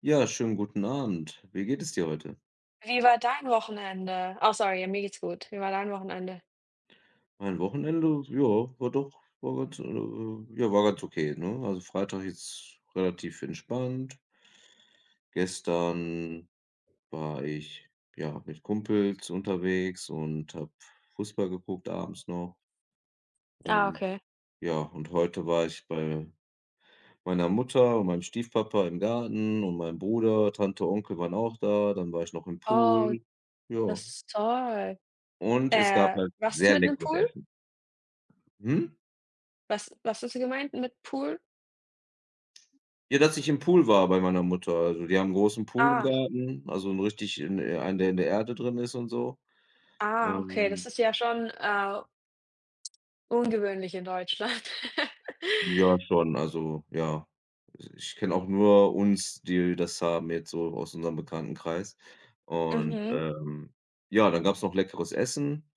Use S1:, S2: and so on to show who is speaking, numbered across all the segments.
S1: Ja, schönen guten Abend. Wie geht es dir heute?
S2: Wie war dein Wochenende? Oh, sorry, ja, mir geht's gut. Wie war dein Wochenende?
S1: Mein Wochenende, ja, war doch war ganz, ja, war ganz okay, ne? Also, Freitag jetzt relativ entspannt. Gestern war ich, ja, mit Kumpels unterwegs und habe Fußball geguckt abends noch
S2: Ah,
S1: und
S2: okay.
S1: ja, und heute war ich bei meiner Mutter und meinem Stiefpapa im Garten und meinem Bruder, Tante, Onkel waren auch da, dann war ich noch im
S2: Oh,
S1: Pool.
S2: das
S1: Ja,
S2: ist toll.
S1: und es gab halt
S2: Was ist
S1: sehr
S2: mit 'nem
S1: leckeres
S2: Pool?
S1: Essen. Mhm.
S2: Was ist gemeint mit Pool?
S1: Ja, dass ich im Pool war bei meiner Mutter. Also, die haben 'n großen Pool im
S2: Ah,
S1: Garten, also 'n richtig in einen, der in der Erde drin ist und so.
S2: ah, okay,
S1: Und
S2: das ist ja schon, ungewöhnlich in Deutschland.
S1: ja, schon, also, ja. Also, ich kenne auch nur uns, die das haben jetzt so aus unserem Bekanntenkreis. Und,
S2: Mhm,
S1: ja, dann gab's noch leckeres Essen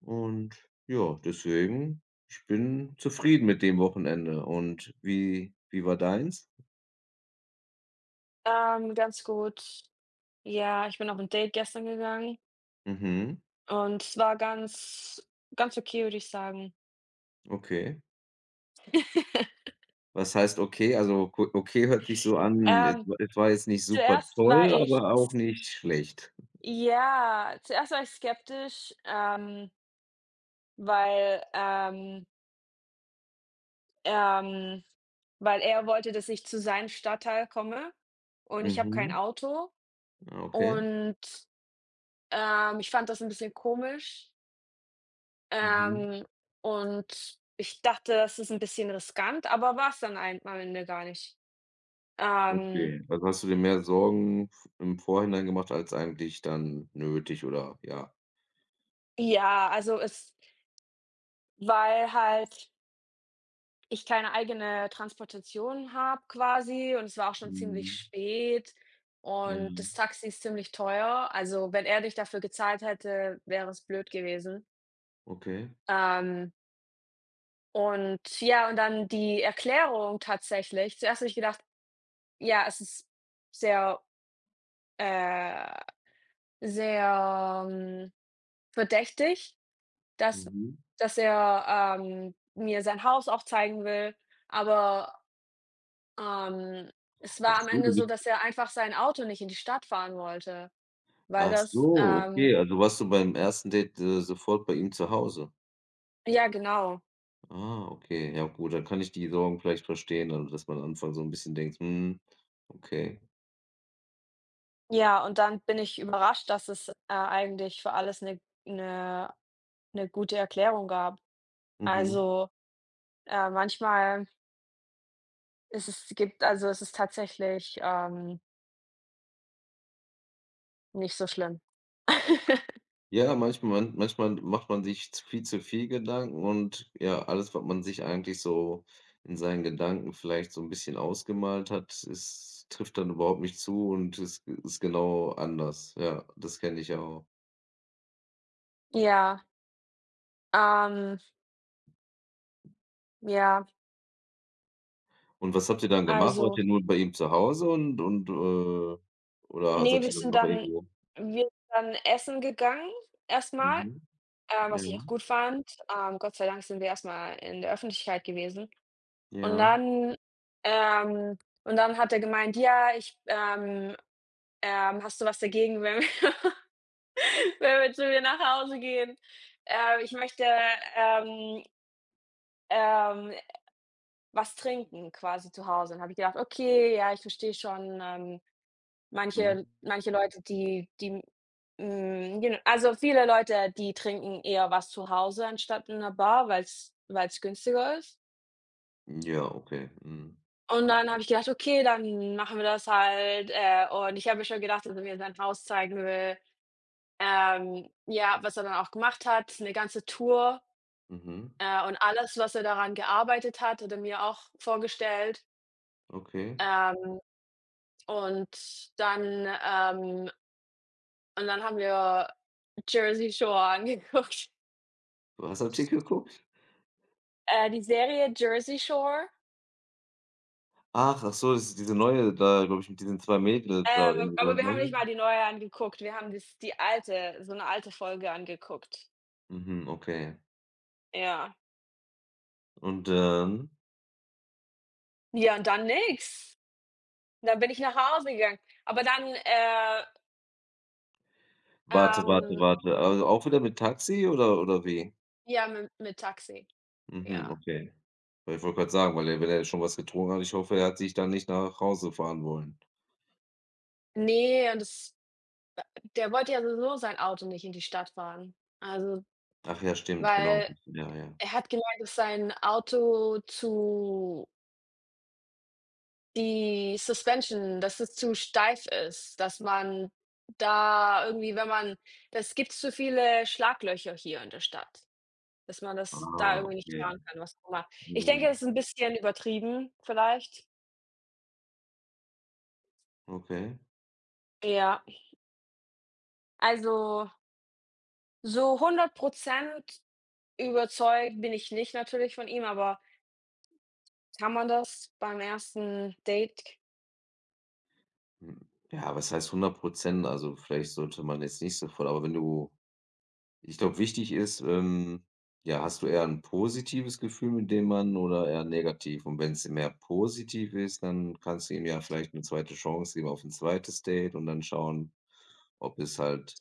S1: und ja, deswegen, ich bin zufrieden mit dem Wochenende. Und wie war deins?
S2: ganz gut. Ja, ich bin auf 'n Date gestern gegangen
S1: Mhm,
S2: und es war ganz okay, würde ich sagen.
S1: okay. Was heißt okay? Also, ku okay hört sich so an,
S2: Ähm,
S1: es war jetzt nicht super
S2: zuerst war
S1: toll,
S2: ich
S1: aber auch nicht schlecht.
S2: Ja, zuerst war ich skeptisch, weil, ähm, ähm weil er wollte, dass ich zu seinem Stadtteil komme und ich habe kein
S1: Mhm.
S2: Auto
S1: Ah, okay.
S2: und, ich fand das ein bisschen komisch,
S1: Mhm.
S2: ähm, und ich dachte, das ist ein bisschen riskant, aber war es dann ein am Ende gar nicht. Ähm,
S1: Okay. Also, hast du dir mehr Sorgen v im Vorhinein gemacht als eigentlich dann nötig oder ja.
S2: ja, also es weil halt Ich keine eigene Transportation habe quasi, und es war auch schon ziemlich
S1: Mhm.
S2: spät
S1: Ja.
S2: und das Taxi ist ziemlich teuer. Also, wenn er dich dafür gezahlt hätte, wäre es blöd gewesen.
S1: Okay.
S2: Ähm, und ja, und dann die Erklärung tatsächlich. Zuerst habe ich gedacht, ja, es ist sehr, äh, sehr, verdächtig, dass
S1: Mhm.
S2: dass er, mir sein Haus auch zeigen will, aber Ähm, es
S1: Ach
S2: war am
S1: so, du
S2: Ende so,
S1: bist
S2: dass er einfach sein Auto nicht in die Stadt fahren wollte, weil
S1: Ach
S2: das
S1: so, okay. Also, warst du beim ersten Date, sofort bei ihm zu Hause?
S2: ja, genau.
S1: Ah, okay. Ja gut, dann kann ich die Sorgen vielleicht verstehen, also, dass man am Anfang so ein bisschen denkt: „Hm, okay.
S2: Ja, und dann bin ich überrascht, dass es, eigentlich für alles 'ne 'ne gute Erklärung gab.
S1: Mhm.“
S2: Also, manchmal ist es gibt also, es ist tatsächlich, nicht so schlimm.
S1: Ja, manchmal macht man sich z viel zu viel Gedanken und ja, alles, was man sich eigentlich so in seinen Gedanken vielleicht so ein bisschen ausgemalt hat, es trifft dann überhaupt nicht zu und es ist genau anders. Ja, das kenne ich auch.
S2: Ja, ähm, ja,
S1: Und was habt ihr dann gemacht? Wart
S2: also
S1: ihr nur bei ihm zu Hause und oder
S2: ne,
S1: seid
S2: wir
S1: ihr dann
S2: sind
S1: noch
S2: dann
S1: irgendwo
S2: wir sind dann essen gegangen erst mal.
S1: mhm, ja,
S2: Was ich auch gut fand, Gott sei Dank sind wir erst mal in der Öffentlichkeit gewesen. Und
S1: ja,
S2: dann ähm, hat er gemeint: „Ja, ich hast du was dagegen, wenn wir wenn wir zu mir nach Hause gehen? Ich möchte, ähm, ähm, was trinken quasi zu Hause.“ Und habe ich gedacht: „Okay, ja, ich verstehe schon, ähm“. Manche
S1: mhm.
S2: manche Leute, die die hm, gen also viele Leute, die trinken eher was zu Hause anstatt in 'ner Bar, weil's günstiger ist.
S1: Ja, okay, mhm,
S2: Und dann habe ich gedacht: „Okay, dann machen wir das halt“, und ich habe mir schon gedacht, dass er mir sein Haus zeigen will. Ja, was er dann auch gemacht hat, 'ne ganze Tour,
S1: mhm,
S2: und alles, was er daran gearbeitet hat, hat er mir auch vorgestellt.
S1: okay.
S2: Ähm, und dann ähm, und dann haben wir Jersey Shore angeguckt.
S1: Was habt ihr geguckt?
S2: Die Serie Jersey Shore,
S1: Ach, ach so, das ist diese neue da, glaube ich, mit diesen 2 Mädels da oder irgendwie so,
S2: aber wir haben nicht
S1: ne?
S2: mal die neue angeguckt. Wir haben das die alte so 'ne alte Folge angeguckt.
S1: Mhm, okay.
S2: Ja.
S1: Und, dann,
S2: Ja, und dann nix. Dann bin ich nach Hause gegangen. Aber dann, ähm,
S1: warte. Also auch wieder mit Taxi oder wie?
S2: ja, mit Taxi,
S1: Mhm,
S2: ja.
S1: okay. Weil ich wollte gerade sagen, weil er wenn er schon was getrunken hat, ich hoffe, er hat sich dann nicht nach Hause fahren wollen.
S2: Ne, und das der wollte ja sowieso sein Auto nicht in die Stadt fahren. Also,
S1: Ach ja, stimmt, genau.
S2: weil
S1: Das ja, ja.
S2: er hat gemeint, dass sein Auto zu Die Suspension, dass es zu steif ist, dass man da irgendwie, wenn man das gibt zu viele Schlaglöcher hier in der Stadt, dass man das da
S1: Ah,
S2: irgendwie nicht
S1: okay.
S2: fahren kann, was auch immer. Ich denke,
S1: Mhm.
S2: das ist 'n bisschen übertrieben vielleicht.
S1: Okay.
S2: Ja. Also, so hundert Prozent überzeugt bin ich nicht natürlich von ihm, aber kann man das beim ersten Date?
S1: Hm. Ja, was heißt 100%, also, vielleicht sollte man jetzt nicht sofort aber wenn du ich glaube, wichtig ist, ja, hast du eher ein positives Gefühl mit dem Mann oder eher negativ? Und wenn es mehr positiv ist, dann kannst du ihm ja vielleicht eine zweite Chance geben auf ein zweites Date und dann schauen, ob es halt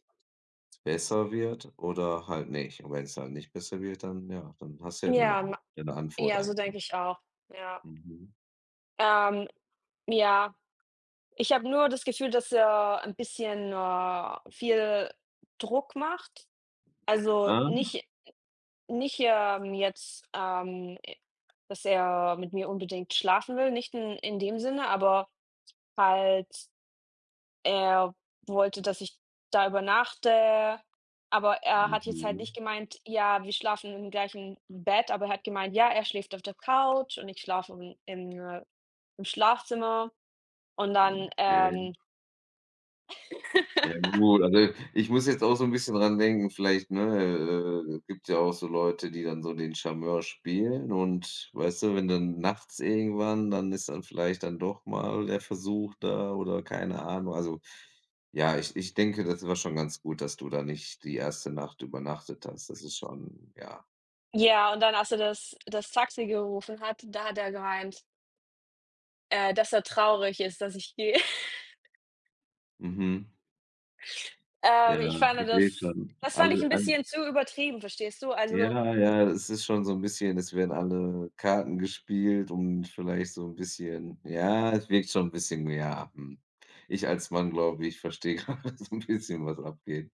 S1: besser wird oder halt nicht. Und wenn es halt nicht besser wird, dann ja, dann hast du ja dann
S2: Ja,
S1: auch
S2: ma
S1: deine Antwort
S2: ja, so denke
S1: eigentlich.
S2: ich auch. Ja.
S1: Mhm.
S2: Ähm, ja. Ich habe nur das Gefühl, dass er ein bisschen, viel Druck macht. Also,
S1: Ah,
S2: nicht, dass er mit mir unbedingt schlafen will, nicht in dem Sinne, aber halt, er wollte, dass ich da übernachte, aber er hat jetzt halt
S1: mhm,
S2: nicht gemeint: „Ja, wir schlafen im gleichen Bett“, aber er hat gemeint: „Ja, er schläft auf der Couch und ich schlafe im, äh, im Schlafzimmer“. Und dann,
S1: okay.
S2: ähm.
S1: Ja gut, also, ich muss jetzt auch so 'n bisschen dran denken, vielleicht, ne, gibt ja auch so Leute, die dann so den Charmeur spielen und weißt du, wenn dann nachts irgendwann dann ist dann vielleicht dann doch mal der Versuch da oder keine Ahnung. Also, ja, ich denke, das war schon ganz gut, dass du da nicht die erste Nacht übernachtet hast. Das ist schon ja.
S2: Ja, und dann, als er das Taxi gerufen hat, da hat er gemeint, dass er traurig ist, dass ich gehe.
S1: Mhm.
S2: Ich
S1: Ja,
S2: fand
S1: ich sehe
S2: das
S1: schon.
S2: Das fand ich
S1: Alle
S2: 'n
S1: an
S2: bisschen zu übertrieben, verstehst du? Also
S1: ja, ja, es ist schon so ein bisschen es werden alle Karten gespielt und vielleicht so ein bisschen ja, es wirkt schon ein bisschen ja, hm. Ich als Mann glaube, ich verstehe gerade so ein bisschen, was abgeht.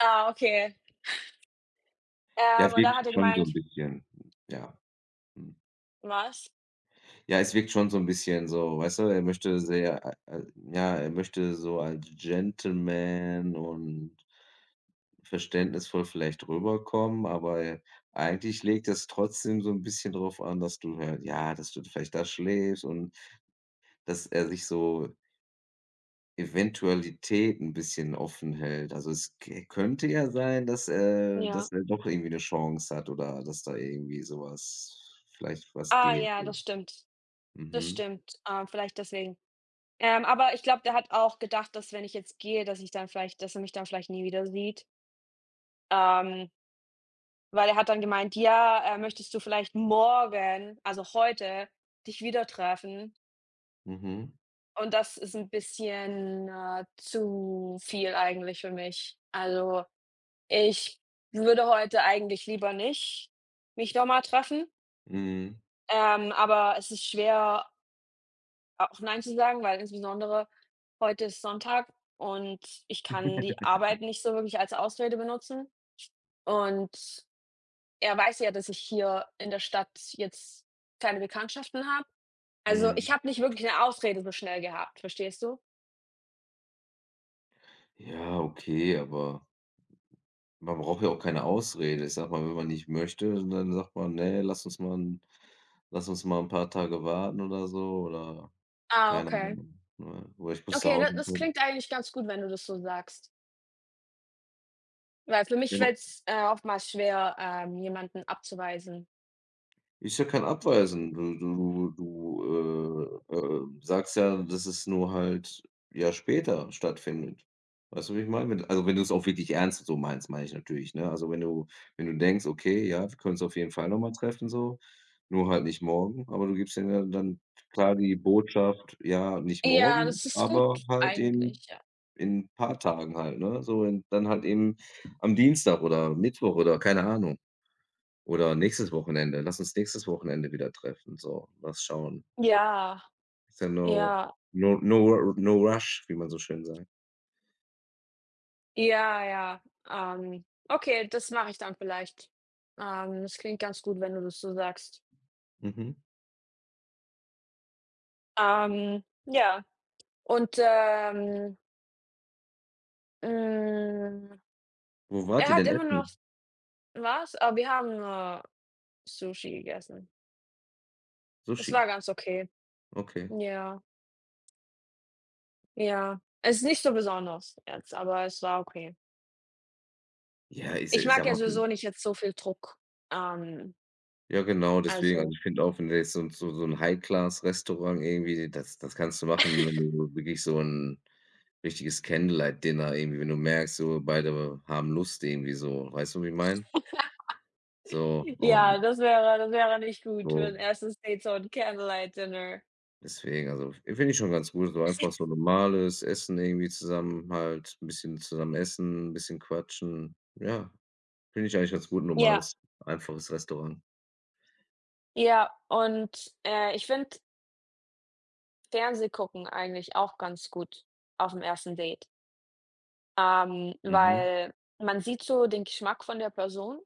S2: ah, okay.
S1: Ja,
S2: Und
S1: wirkt
S2: da hat er
S1: schon so ein
S2: gemeint:
S1: bisschen, ja, hm.
S2: „Was?“
S1: Ja, es wirkt schon so ein bisschen so, weißt du, er möchte sehr, ja, er möchte so als Gentleman und verständnisvoll vielleicht rüberkommen, aber eigentlich legt es trotzdem so 'n bisschen drauf an, dass du halt ja, dass du vielleicht da schläfst und dass er sich so Eventualitäten 'n bisschen offen hält. Also, es k könnte ja sein, dass, dass
S2: Ja.
S1: er doch irgendwie 'ne Chance hat oder dass da irgendwie so was vielleicht was
S2: „Ah
S1: geht.
S2: ja, das stimmt. Das
S1: Mhm,
S2: stimmt. Vielleicht deswegen.“ aber ich glaube, der hat auch gedacht, dass, wenn ich jetzt gehe, dass er mich dann vielleicht nie wieder sieht. Ähm, weil er hat dann gemeint: „Ja, möchtest du vielleicht morgen, also heute, dich wieder treffen?“
S1: mhm,
S2: Und das ist ein bisschen, zu viel eigentlich für mich. Also, ich würde heute eigentlich lieber nicht mich noch mal treffen,
S1: mhm,
S2: aber es ist schwer, auch nein zu sagen, weil insbesondere heute ist Sonntag und ich kann die Arbeit nicht so wirklich als Ausrede benutzen. Und er weiß ja, dass ich hier in der Stadt jetzt keine Bekanntschaften habe. Also,
S1: mhm.
S2: ich habe nicht wirklich eine Ausrede so schnell gehabt, verstehst du?
S1: Ja, okay, aber man braucht ja auch keine Ausrede. Ich sag mal, wenn man nicht möchte, dann sagt man: „Ne, lass uns mal ein paar Tage warten“ oder so oder
S2: Ah,
S1: keine
S2: okay.
S1: Ahnung, ne? Oder ich muss zu
S2: Okay, da
S1: Hause
S2: das
S1: bleiben.
S2: klingt eigentlich ganz gut, wenn du das so sagst. Weil für mich fällt's, oftmals schwer, jemanden abzuweisen.
S1: Ist ja kein Abweisen. Du sagst ja, dass es nur halt, ja, später stattfindet. Weißt du, wie ich meine? Wenn also, wenn du es auch wirklich ernst so meinst, meine ich natürlich, ne? Also, wenn du denkst: „Okay, ja, wir können uns auf jeden Fall noch mal treffen so, nur halt nicht morgen.“ Aber du gibst denen ja dann klar die Botschaft, ja, nicht
S2: Ja,
S1: morgen,
S2: das ist gut
S1: aber halt
S2: eigentlich, ja.
S1: in ein paar Tagen halt, ne? So in dann halt eben am Dienstag oder Mittwoch oder keine Ahnung. Oder nächstes Wochenende. Lass uns nächstes Wochenende wieder treffen. So, mal schauen.
S2: Ja,
S1: Ist ja
S2: ja,
S1: no no no rush, wie man so schön sagt.
S2: ja, ja. Okay, das mache ich dann vielleicht. Das klingt ganz gut, wenn du das so sagst.
S1: Mhm.
S2: Ähm, ja, und, ähm, hm,
S1: Wo wart
S2: Er
S1: ihr
S2: hat
S1: denn
S2: immer noch
S1: essen?
S2: was? Aber wir haben nur Sushi gegessen. Es
S1: Sushi.
S2: war ganz okay.
S1: Okay.
S2: Ja. Ja, es ist nicht so besonders jetzt, aber es war okay.
S1: Ja, ist ja
S2: Ich
S1: ich
S2: mag
S1: sage
S2: ja
S1: mal
S2: sowieso nicht jetzt so viel Druck. Ähm,
S1: ja genau, deswegen. Also,
S2: also
S1: ich finde auch, wenn du jetzt so ein High-Class-Restaurant irgendwie, das kannst du machen, wenn du wirklich so ein richtiges Candlelight-Dinner irgendwie wenn du merkst, so beide haben Lust irgendwie so. Weißt du, wie ich meine? So und
S2: ja, das wäre nicht gut für
S1: so
S2: 'n 1. Date, so ein Candlelight Dinner.
S1: deswegen, also, finde ich schon ganz gut, so einfach so normales Essen irgendwie zusammen halt 'n bisschen zusammen essen, 'n bisschen quatschen. Ja, finde ich eigentlich ganz gut, 'n
S2: Ja,
S1: normales, einfaches Restaurant.
S2: ja, und, ich finde Fernsehgucken eigentlich auch ganz gut auf dem ersten Date,
S1: Mhm.
S2: weil man sieht so den Geschmack von der Person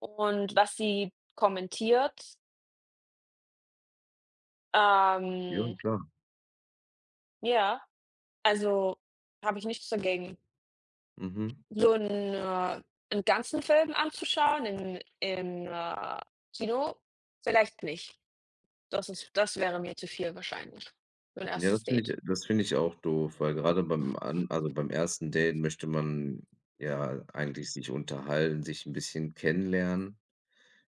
S2: und was sie kommentiert.
S1: Ja,
S2: Ähm,
S1: klar.
S2: ja, also, habe ich nichts dagegen.
S1: Mhm.
S2: So einen 'n ganzen Film anzuschauen im Kino? Vielleicht nicht. Das wäre mir zu viel wahrscheinlich für 'n
S1: Ja,
S2: erstes Date.
S1: das finde ich auch doof, weil gerade beim an also, beim ersten Date möchte man ja eigentlich sich unterhalten, sich ein bisschen kennenlernen.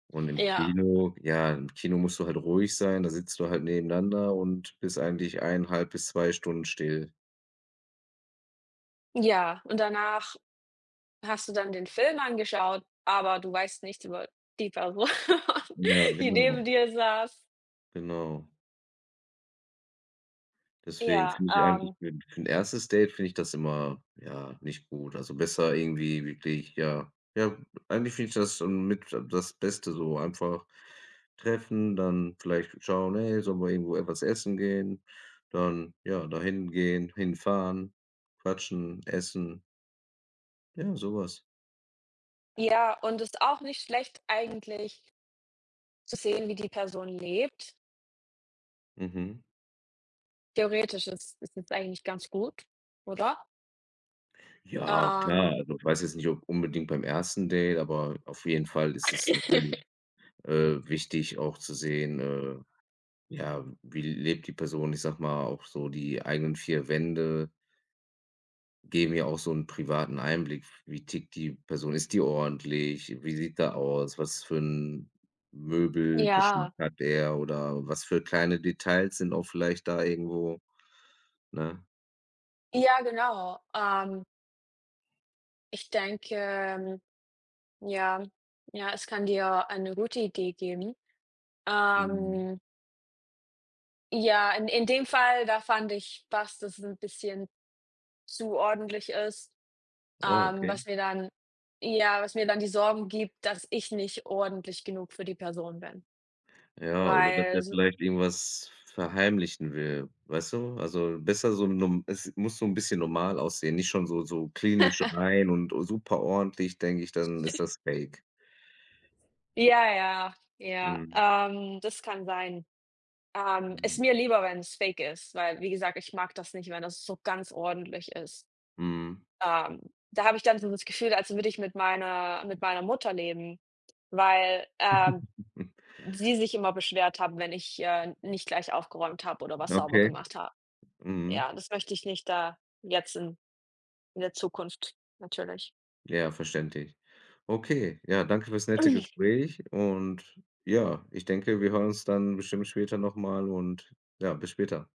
S1: Und im
S2: Ja,
S1: Kino ja, im Kino musst du halt ruhig sein, da sitzt du halt nebeneinander und bist eigentlich 1,5 bis 2 Stunden still.
S2: ja. Und danach hast du dann den Film angeschaut, aber du weißt nichts über die Person,
S1: Ja,
S2: die neben dir saß.
S1: genau. Deswegen
S2: Ja,
S1: finde ich eigentlich für 'n 1. Date finde ich das immer, ja, nicht gut. Also, besser irgendwie wirklich, ja ja, eigentlich finde ich das so mit das Beste so einfach treffen, dann vielleicht schauen: „Hey, sollen wir irgendwo etwas essen gehen?“ Dann, ja, dahin gehen, hinfahren, quatschen, essen, ja, sowas
S2: ja, und es ist auch nicht schlecht eigentlich zu sehen, wie die Person lebt.
S1: mhm.
S2: Theoretisch ist es eigentlich ganz gut, oder?
S1: Ja,
S2: Ähm,
S1: klar. Also, ich weiß jetzt nicht, ob unbedingt beim ersten Date, aber auf jeden Fall ist es natürlich, wichtig auch zu sehen, ja, wie lebt die Person? Ich sag mal, auch so die eigenen 4 Wände geben ja auch so einen privaten Einblick. Wie tickt die Person? Ist die ordentlich? Wie sieht da aus? Was für ein Möbelgeschmack
S2: ja.
S1: hat er oder was für kleine Details sind auch vielleicht da irgendwo, ne?
S2: Ja, genau. Ich denke, ähm, ja, ja, es kann dir eine gute Idee geben.
S1: Mhm.
S2: Ähm, ja, in dem Fall, da fand ich, fast, dass das ein bisschen zu ordentlich ist,
S1: Oh, okay.
S2: was mir dann ja, was mir dann die Sorgen gibt, dass ich nicht ordentlich genug für die Person bin.
S1: Ja, oder dass
S2: Weil
S1: er
S2: so
S1: vielleicht irgendwas verheimlichen will, weißt du? Also, besser so norm es muss so ein bisschen normal aussehen, nicht schon klinisch rein und super ordentlich, denke ich, dann ist das Fake.
S2: ja, ja, ja,
S1: Mhm.
S2: das kann sein. Ist
S1: Mhm.
S2: mir lieber, wenn es fake ist, weil, wie gesagt, ich mag das nicht, wenn das so ganz ordentlich ist.
S1: Mhm.
S2: Ähm, da habe ich dann so das Gefühl, als würde ich mit meiner Mutter leben, weil, sie sich immer beschwert haben, wenn ich, nicht gleich aufgeräumt habe oder was sauber
S1: Okay.
S2: gemacht habe.
S1: Mhm.
S2: Ja, das möchte ich nicht da jetzt in der Zukunft natürlich.
S1: Ja, verständlich. Okay, ja, danke fürs nette Gespräch und ja, ich denke, wir hören uns dann bestimmt später noch mal und ja, bis später.